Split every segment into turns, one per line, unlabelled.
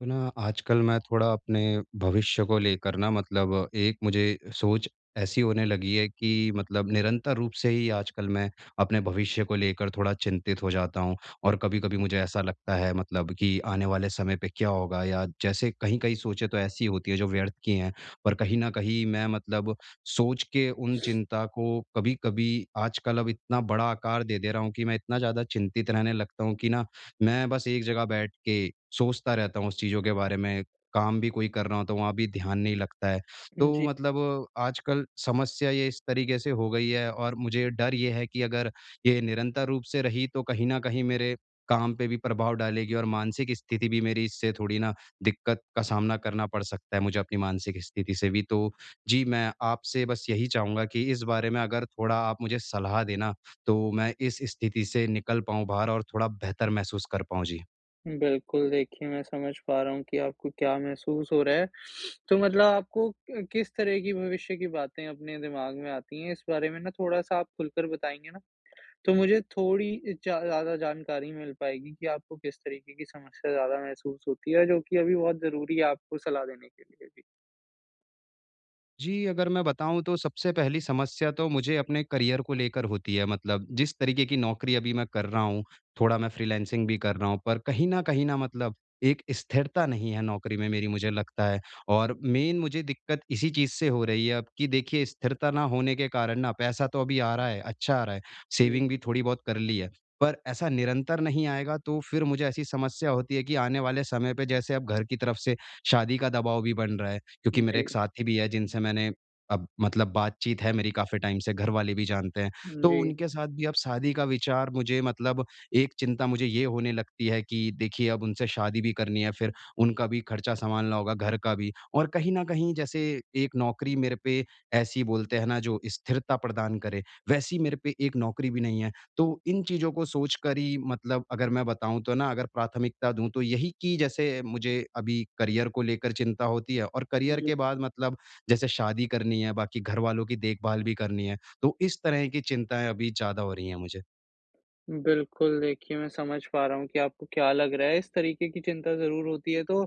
तो ना आजकल मैं थोड़ा अपने भविष्य को लेकर ना मतलब एक मुझे सोच ऐसी होने लगी है कि मतलब निरंतर रूप से ही आजकल मैं अपने भविष्य को लेकर थोड़ा चिंतित हो जाता हूँ। और कभी-कभी मुझे ऐसा लगता है मतलब कि आने वाले समय पे क्या होगा, या जैसे कहीं-कहीं सोचें तो ऐसी होती है जो व्यर्थ की हैं। पर कहीं न कहीं मैं मतलब सोच के उन चिंता को कभी-कभी आजकल अब इतना बड़ा आकार दे दे रहा हूँ कि मैं इतना ज़्यादा चिंतित रहने लगता हूँ कि ना मैं बस एक जगह बैठ के सोचता रहता हूँ उस चीज़ों के बारे में, काम भी कोई कर रहा हूँ तो वहाँ भी ध्यान नहीं लगता है। तो
जी,
मतलब आजकल समस्या ये इस तरीके से हो गई है, और मुझे डर ये है कि अगर ये निरंतर रूप से रही तो कहीं न कहीं मेरे काम पे भी प्रभाव डालेगी, और मानसिक स्थिति भी मेरी इससे थोड़ी ना दिक्कत का सामना करना पड़ सकता है मुझे अपनी मानसिक स्थिति से भी। तो जी, मैं आपसे बस यही चाहूँगा कि इस बारे में अगर थोड़ा आप मुझे सलाह देना तो मैं इस स्थिति से निकल पाऊँ बाहर और थोड़ा बेहतर महसूस कर पाऊँ? जी।
बिल्कुल देखिए, मैं समझ पा रहा हूँ कि आपको क्या महसूस हो रहा है। तो मतलब आपको किस तरह की भविष्य की बातें अपने दिमाग में आती हैं? इस बारे में ना थोड़ा-सा आप खुलकर बताएँगे ना, तो मुझे थोड़ी जा ज़्यादा जानकारी मिल पाएगी कि आपको किस तरीके की समस्या ज़्यादा महसूस होती है, जो कि अभी बहुत ज़रूरी है आपको सलाह देने के लिए भी।
जी, अगर मैं बताऊँ तो सबसे पहली समस्या तो मुझे अपने करियर को लेकर होती है। मतलब जिस तरीके की नौकरी अभी मैं कर रहा हूँ, थोड़ा मैं फ्रीलांसिंग भी कर रहा हूँ, पर कहीं न कहीं ना मतलब एक स्थिरता नहीं है नौकरी में मेरी, मुझे लगता है। और मेन मुझे दिक्कत इसी चीज़ से हो रही है अब कि देखिए स्थिरता ना होने के कारण ना पैसा तो अभी आ रहा है, अच्छा आ रहा है, सेविंग भी थोड़ी बहुत कर ली है। पर ऐसा निरंतर नहीं आएगा तो फिर मुझे ऐसी समस्या होती है कि आने वाले समय पे जैसे अब घर की तरफ से शादी का दबाव भी बन रहा है, क्योंकि मेरे एक
जी,
साथी भी है जिनसे मैंने अब मतलब बातचीत है मेरी काफ़ी टाइम से, घर वाले भी जानते हैं।
जी,
तो
जी,
उनके साथ भी अब शादी का विचार, मुझे मतलब एक चिंता मुझे ये होने लगती है कि देखिए अब उनसे शादी भी करनी है, फिर उनका भी खर्चा सँभालना होगा, घर का भी। और कहीं न कहीं जैसे एक नौकरी मेरे पे ऐसी बोलते हैं ना जो स्थिरता प्रदान करे, वैसी मेरे पे एक नौकरी भी नहीं है। तो इन चीज़ों को सोच कर ही मतलब अगर मैं बताऊँ तो ना अगर प्राथमिकता दूँ तो यही कि जैसे मुझे अभी करियर को लेकर चिंता होती है और करियर
जी।
के बाद मतलब जैसे शादी करनी है, बाकी घरवालों की देखभाल भी करनी है, तो इस तरह की चिंताएँ अभी ज़्यादा हो रही हैं मुझे।
बिल्कुल, देखिए, मैं समझ पा रहा हूँ कि आपको क्या लग रहा है, इस तरीके की चिंता ज़रूर होती है। तो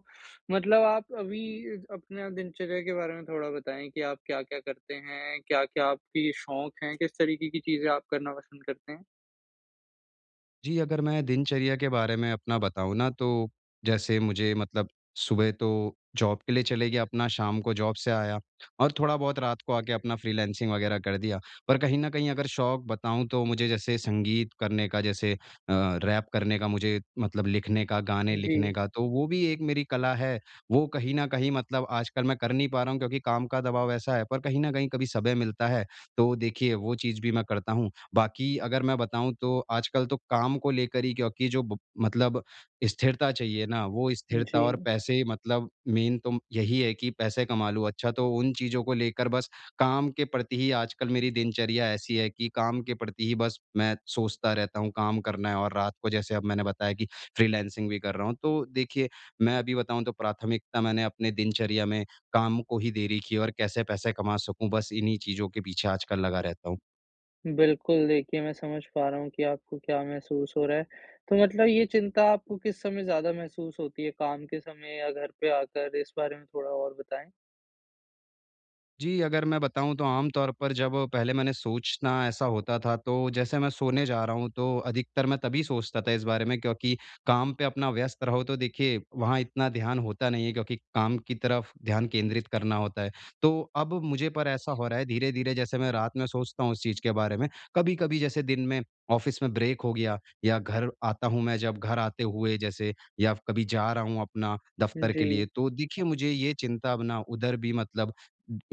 मतलब आप अभी अपना दिनचर्या के बारे में थोड़ा बताएँ कि आप क्या-क्या करते हैं? क्या-क्या आपकी शौक हैं? किस तरीके की चीज़ें आप करना पसंद करते हैं?
जी, अगर मैं दिनचर्या के बारे में अपना बताऊँ ना तो जैसे मुझे मतलब सुबह तो जॉब के लिए चले गया अपना, शाम को जॉब से आया और थोड़ा-बहुत रात को आके अपना फ्रीलांसिंग वग़ैरह कर दिया। पर कहीं न कहीं अगर शौक बताऊँ तो मुझे जैसे संगीत करने का, जैसे रैप करने का, मुझे मतलब लिखने का, गाने
जी,
लिखने का, तो वो भी एक मेरी कला है। वो कहीं न कहीं मतलब आजकल मैं कर नहीं पा रहा हूँ क्योंकि काम का दबाव ऐसा है, पर कहीं न कहीं कभी समय मिलता है तो देखिए वो चीज़ भी मैं करता हूँ। बाकी अगर मैं बताऊँ तो आजकल तो काम को लेकर ही, क्योंकि जो ब मतलब स्थिरता चाहिए ना, वो
जी।
स्थिरता और पैसे, मतलब मेन तो यही है कि पैसे कमा लूँ। अच्छा तो उन चीज़ों को लेकर बस काम के प्रति ही आजकल मेरी दिनचर्या ऐसी है कि काम के प्रति ही बस मैं सोचता रहता हूँ, काम करना है, और रात को जैसे अब मैंने बताया कि फ्रीलांसिंग भी कर रहा हूँ। तो देखिए, मैं अभी बताऊँ तो प्राथमिकता मैंने अपने दिनचर्या में काम को ही दे रखी है, और कैसे पैसे कमा सकूँ, बस इन्हीं चीज़ों के पीछे आजकल लगा रहता हूँ।
बिल्कुल, देखिए, मैं समझ पा रहा हूँ कि आपको क्या महसूस हो रहा है। तो मतलब ये चिंता आपको किस समय ज़्यादा महसूस होती है, काम के समय या घर पे आकर? इस बारे में थोड़ा और बताएँ।
जी, अगर मैं बताऊँ तो आम तौर पर जब पहले मैंने सोचना ऐसा होता था तो जैसे मैं सोने जा रहा हूँ तो अधिकतर मैं तभी सोचता था इस बारे में, क्योंकि काम पे अपना व्यस्त रहो तो देखिए वहाँ इतना ध्यान होता नहीं है क्योंकि काम की तरफ ध्यान केंद्रित करना होता है। तो अब मुझे पर ऐसा हो रहा है धीरे-धीरे, जैसे मैं रात में सोचता हूँ उस चीज़ के बारे में, कभी-कभी जैसे दिन में ऑफ़िस में ब्रेक हो गया या घर आता हूँ, मैं जब घर आते हुए जैसे या कभी जा रहा हूँ अपना दफ़्तर
जी,
के लिए तो देखिए मुझे ये चिंता अब ना उधर भी मतलब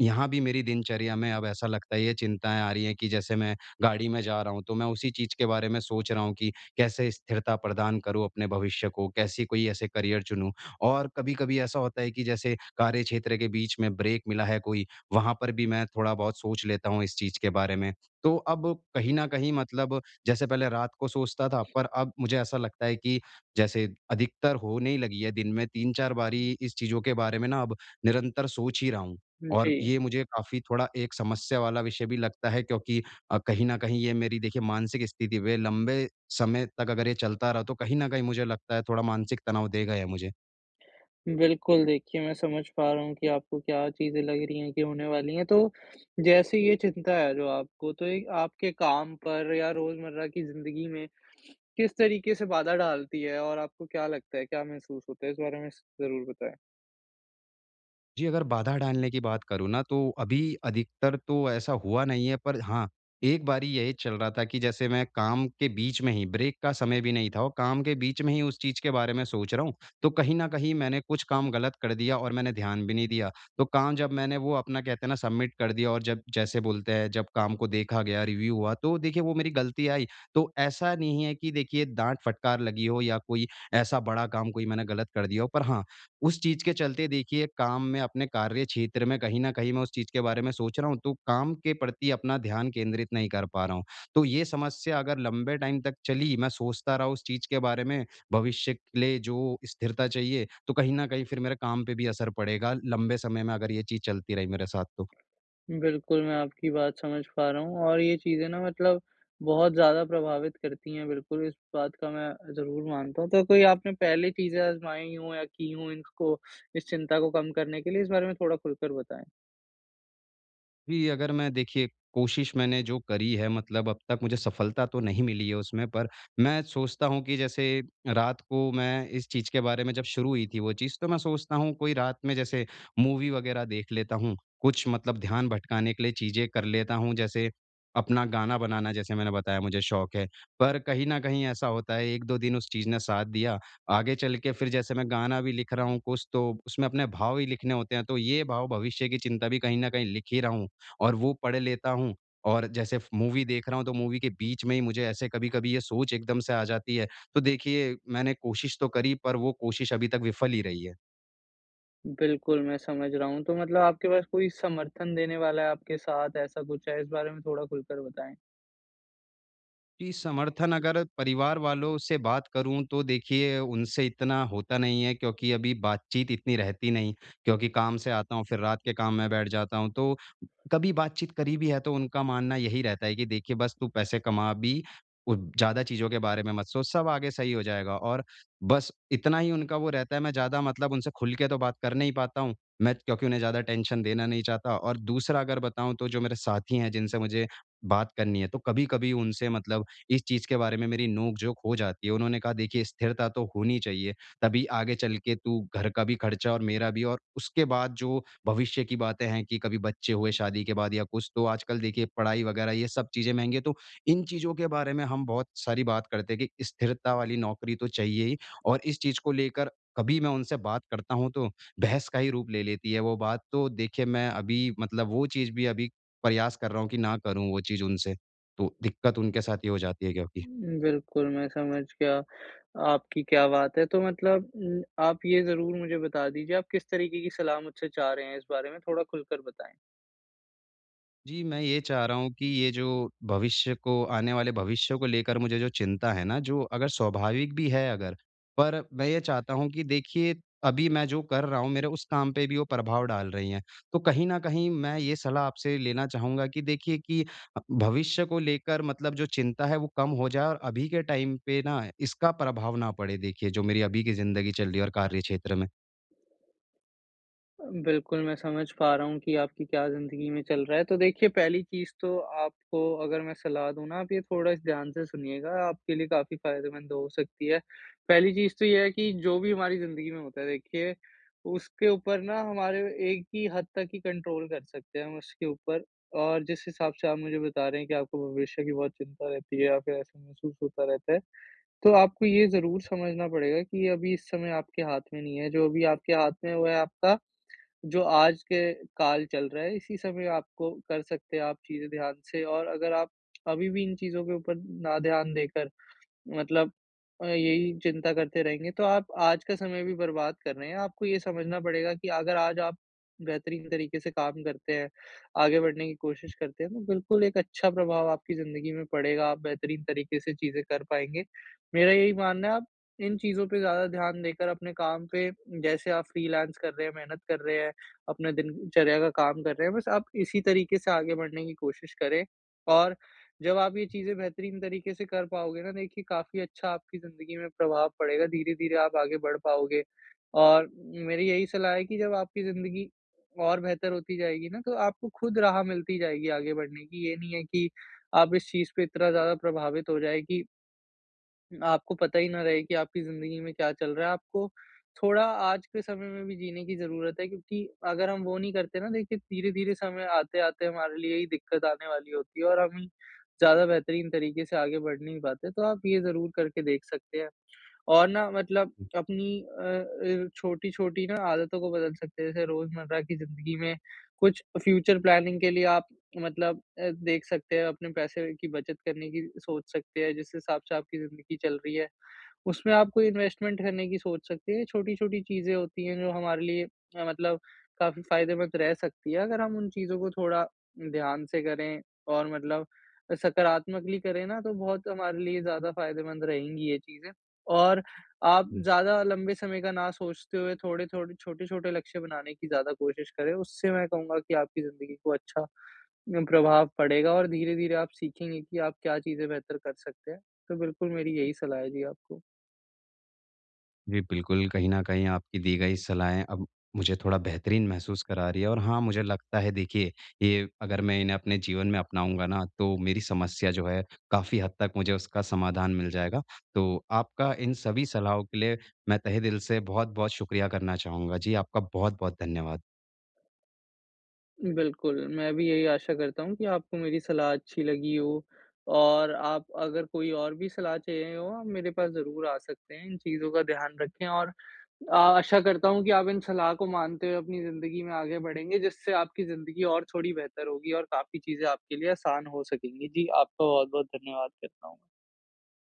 यहाँ भी मेरी दिनचर्या में अब ऐसा लगता है ये चिंताएँ आ रही हैं कि जैसे मैं गाड़ी में जा रहा हूँ, तो मैं उसी चीज़ के बारे में सोच रहा हूँ कि कैसे स्थिरता प्रदान करूँ अपने भविष्य को, कैसी कोई ऐसे करियर चुनूँ। और कभी-कभी ऐसा होता है कि जैसे कार्यक्षेत्र के बीच में ब्रेक मिला है कोई, वहाँ पर भी मैं थोड़ा-बहुत सोच लेता हूँ इस चीज़ के बारे में। तो अब कहीं न कहीं मतलब जैसे पहले रात को सोचता था, पर अब मुझे ऐसा लगता है कि जैसे अधिकतर होने ही लगी है, दिन में 3-4 बारी इस चीज़ों के बारे में ना अब निरंतर सोच ही रहा हूँ। और
जी।
ये मुझे काफ़ी थोड़ा एक समस्या वाला विषय भी लगता है, क्योंकि कहीं न कहीं ये मेरी देखिए मानसिक स्थिति पे लंबे समय तक अगर ये चलता रहा तो कहीं न कहीं मुझे लगता है थोड़ा मानसिक तनाव देगा ये मुझे।
बिल्कुल, देखिए, मैं समझ पा रहा हूँ कि आपको क्या चीज़ें लग रही हैं कि होने वाली हैं। तो जैसे ये चिंता है जो आपको, तो ये आपके काम पर या रोज़मर्रा की ज़िंदगी में किस तरीके से बाधा डालती है और आपको क्या लगता है, क्या महसूस होता है? इस बारे में स ज़रूर बताएँ।
जी, अगर बाधा डालने की बात करूँ ना तो अभी अधिकतर तो ऐसा हुआ नहीं है, पर हाँ, एक बारी यही चल रहा था कि जैसे मैं काम के बीच में ही, ब्रेक का समय भी नहीं था और काम के बीच में ही उस चीज़ के बारे में सोच रहा हूँ, तो कहीं न कहीं मैंने कुछ काम गलत कर दिया और मैंने ध्यान भी नहीं दिया। तो काम जब मैंने वो अपना कहते हैं ना सबमिट कर दिया, और जब जैसे बोलते हैं जब काम को देखा गया, रिव्यू हुआ तो देखिए वो मेरी गलती आई। तो ऐसा नहीं है कि देखिए डाँट फटकार लगी हो या कोई ऐसा बड़ा काम कोई मैंने गलत कर दिया हो, पर हाँ, उस चीज़ के चलते देखिए काम में अपने कार्य क्षेत्र में कहीं न कहीं मैं उस चीज़ के बारे में सोच रहा हूँ, तो काम के प्रति अपना ध्यान केंद्रित नहीं कर पा रहा हूँ। तो ये समस्या अगर लंबे टाइम तक चली, मैं सोचता रहा उस चीज़ के बारे में, भविष्य के लिए जो स्थिरता चाहिए, तो कहीं न कहीं फिर मेरे काम पे भी असर पड़ेगा लंबे समय में अगर ये चीज़ चलती रही मेरे साथ तो।
बिल्कुल, मैं आपकी बात समझ पा रहा हूँ और ये चीज़ें ना मतलब बहुत ज़्यादा प्रभावित करती हैं, बिल्कुल इस बात का मैं ज़रूर मानता हूँ। तो कोई आपने पहले चीज़ें आज़माई हों या की हों इनको, इस चिंता को कम करने के लिए? इस बारे में थोड़ा खुलकर बताएँ।
जी, अगर मैं देखिए कोशिश मैंने जो करी है, मतलब अब तक मुझे सफलता तो नहीं मिली है उसमें, पर मैं सोचता हूँ कि जैसे रात को मैं इस चीज़ के बारे में जब शुरू हुई थी वो चीज़, तो मैं सोचता हूँ कोई रात में जैसे मूवी वगैरह देख लेता हूँ। कुछ मतलब ध्यान भटकाने के लिए चीज़ें कर लेता हूँ, जैसे अपना गाना बनाना, जैसे मैंने बताया मुझे शौक है। पर कहीं न कहीं ऐसा होता है 1-2 दिन उस चीज़ ने साथ दिया, आगे चल के फिर जैसे मैं गाना भी लिख रहा हूँ कुछ तो उसमें अपने भाव ही लिखने होते हैं, तो ये भाव भविष्य की चिंता भी कहीं न कहीं लिख ही रहा हूँ। और वो पढ़ लेता हूँ, और जैसे फ़ मूवी देख रहा हूँ, तो मूवी के बीच में ही मुझे ऐसे कभी-कभी ये सोच एकदम से आ जाती है। तो देखिए, मैंने कोशिश तो करी पर वो कोशिश अभी तक विफल ही रही है।
बिल्कुल, मैं समझ रहा हूँ। तो मतलब आपके पास कोई समर्थन देने वाला है आपके साथ, ऐसा कुछ है? इस बारे में थोड़ा खुलकर बताएँ।
जी, समर्थन अगर परिवार वालों से बात करूँ तो देखिए उनसे इतना होता नहीं है, क्योंकि अभी बातचीत इतनी रहती नहीं, क्योंकि काम से आता हूँ फिर रात के काम में बैठ जाता हूँ। तो कभी बातचीत करी भी है तो उनका मानना यही रहता है कि देखिए बस तू पैसे कमा अभी, उ ज़्यादा चीज़ों के बारे में मत सोच, सब आगे सही हो जाएगा, और बस इतना ही उनका वो रहता है। मैं ज़्यादा मतलब उनसे खुल के तो बात कर नहीं पाता हूँ, मैं, क्योंकि उन्हें ज़्यादा टेंशन देना नहीं चाहता। और दूसरा अगर बताऊँ तो जो मेरे साथी हैं जिनसे मुझे बात करनी है, तो कभी-कभी उनसे मतलब इस चीज़ के बारे में मेरी नोक-झोंक हो जाती है। उन्होंने कहा देखिए स्थिरता तो होनी चाहिए। तभी आगे चल के तू घर का भी खर्चा और मेरा भी, और उसके बाद जो भविष्य की बातें हैं कि कभी बच्चे हुए शादी के बाद या कुछ, तो आजकल देखिए पढ़ाई वगैरह ये सब चीज़ें महँगी हैं, तो इन चीज़ों के बारे में हम बहुत सारी बात करते हैं कि स्थिरता वाली नौकरी तो चाहिए ही, और इस चीज़ को लेकर कभी मैं उनसे बात करता हूँ तो बहस का ही रूप ले लेती है वो बात, तो देखिए मैं अभी मतलब वो चीज़ भी अभी प्रयास कर रहा हूँ कि ना करूँ वो चीज़ उनसे। तो दिक्कत उनके साथ ये हो जाती है क्योंकि।
बिल्कुल, मैं समझ गया, आपकी क्या बात है। तो मतलब आप ये ज़रूर मुझे बता दीजिए, आप किस तरीके की सलाह मुझसे चाह रहे हैं इस बारे में? थोड़ा खुलकर बताएँ।
जी, मैं ये चाह रहा हूँ कि ये जो भविष्य को, आने वाले भविष्य को लेकर मुझे जो चिंता है ना, जो अगर स्वाभाविक भी है अगर, पर मैं ये चाहता हूँ कि देखिए अभी मैं जो कर रहा हूँ मेरे उस काम पे भी वो प्रभाव डाल रही हैं। तो कहीं न कहीं मैं ये सलाह आपसे लेना चाहूँगा कि देखिए कि भविष्य को लेकर मतलब जो चिंता है वो कम हो जाए, और अभी के टाइम पे ना इसका प्रभाव ना पड़े, देखिए जो मेरी अभी की ज़िंदगी चल रही है और कार्यक्षेत्र में।
बिल्कुल, मैं समझ पा रहा हूँ कि आपकी क्या ज़िंदगी में चल रहा है। तो देखिए, पहली चीज़ तो आपको अगर मैं सलाह दूँ ना, आप ये थोड़ा इस ध्यान से सुनिएगा, आपके लिए काफ़ी फ़ायदेमंद हो सकती है। पहली चीज़ तो ये है कि जो भी हमारी ज़िंदगी में होता है देखिए, उसके ऊपर ना हमारे एक ही हद तक ही कंट्रोल कर सकते हैं हम उसके ऊपर। और जिस हिसाब से आप मुझे बता रहे हैं कि आपको भविष्य की बहुत चिंता रहती है या फिर ऐसा महसूस होता रहता है, तो आपको ये ज़रूर समझना पड़ेगा कि अभी इस समय आपके हाथ में नहीं है, जो अभी आपके हाथ में है वो है आपका जो आज के काल चल रहा है, इसी समय आपको कर सकते हैं आप चीज़ें ध्यान से। और अगर आप अभी भी इन चीज़ों के ऊपर ना ध्यान देकर मतलब यही चिंता करते रहेंगे, तो आप आज का समय भी बर्बाद कर रहे हैं। आपको ये समझना पड़ेगा कि अगर आज आप बेहतरीन तरीके से काम करते हैं, आगे बढ़ने की कोशिश करते हैं, तो बिल्कुल एक अच्छा प्रभाव आपकी ज़िंदगी में पड़ेगा, आप बेहतरीन तरीके से चीज़ें कर पाएँगे। मेरा यही मानना है, आप इन चीज़ों पे ज़्यादा ध्यान देकर अपने काम पे, जैसे आप फ्रीलांस कर रहे हैं, मेहनत कर रहे हैं, अपने दिनचर्या का काम कर रहे हैं, बस आप इसी तरीके से आगे बढ़ने की कोशिश करें। और जब आप ये चीज़ें बेहतरीन तरीके से कर पाओगे ना, देखिए काफ़ी अच्छा आपकी ज़िंदगी में प्रभाव पड़ेगा, धीरे-धीरे आप आगे बढ़ पाओगे। और मेरी यही सलाह है कि जब आपकी ज़िंदगी और बेहतर होती जाएगी ना, तो आपको खुद राह मिलती जाएगी आगे बढ़ने की। ये नहीं है कि आप इस चीज़ पे इतना ज़्यादा प्रभावित हो जाए कि आपको पता ही ना रहे कि आपकी ज़िंदगी में क्या चल रहा है। आपको थोड़ा आज के समय में भी जीने की ज़रूरत है, क्योंकि अगर हम वो नहीं करते ना देखिए, धीरे-धीरे समय आते-आते हमारे लिए ही दिक्कत आने वाली होती है और हम ही ज़्यादा बेहतरीन तरीके से आगे बढ़ नहीं पाते, तो आप ये ज़रूर करके देख सकते हैं। और ना मतलब अपनी छोटी-छोटी ना आदतों को बदल सकते हैं, जैसे रोज़मर्रा की ज़िंदगी में कुछ फ्यूचर प्लानिंग के लिए आप मतलब देख सकते हैं, अपने पैसे की बचत करने की सोच सकते हैं, जिस हिसाब से आपकी ज़िंदगी चल रही है, उसमें आप कोई इन्वेस्टमेंट करने की सोच सकते हैं। ये छोटी-छोटी चीज़ें होती हैं, जो हमारे लिए मतलब काफ़ी फ़ायदेमंद रह सकती है, अगर हम उन चीज़ों को थोड़ा ध्यान से करें और मतलब सकारात्मकली करें ना, तो बहुत हमारे लिए ज़्यादा फ़ायदेमंद रहेंगी ये चीज़ें। और आप
हुँ।
ज़्यादा लंबे समय का ना सोचते हुए थोड़े-थोड़े, छोटे-छोटे लक्ष्य बनाने की ज़्यादा कोशिश करें। उससे मैं कहूँगा कि आपकी ज़िंदगी को अच्छा प्रभाव पड़ेगा और धीरे-धीरे आप सीखेंगे कि आप क्या चीज़ें बेहतर कर सकते हैं। तो बिल्कुल मेरी यही सलाह है जी आपको।
जी, बिल्कुल, कहीं न कहीं आपकी दी गई सलाहें अब मुझे थोड़ा बेहतरीन महसूस करा रही है, और हाँ, मुझे लगता है देखिए, ये अगर मैं इन्हें अपने जीवन में अपनाऊँगा ना, तो मेरी समस्या जो है काफ़ी हद तक मुझे उसका समाधान मिल जाएगा। तो आपका इन सभी सलाहों के लिए मैं तहे दिल से बहुत-बहुत शुक्रिया करना चाहूँगा। जी, आपका बहुत-बहुत धन्यवाद।
बिल्कुल, मैं भी यही आशा करता हूँ कि आपको मेरी सलाह अच्छी लगी हो और आप अगर कोई और भी सलाह चाहिए हो, आप मेरे पास ज़रूर आ सकते हैं। इन चीज़ों का ध्यान रखें और आशा करता हूँ कि आप इन सलाह को मानते हुए अपनी ज़िंदगी में आगे बढ़ेंगे, जिससे आपकी ज़िंदगी और थोड़ी बेहतर होगी और काफ़ी चीज़ें आपके लिए आसान हो सकेंगी। जी, आपका बहुत-बहुत धन्यवाद करता हूँ।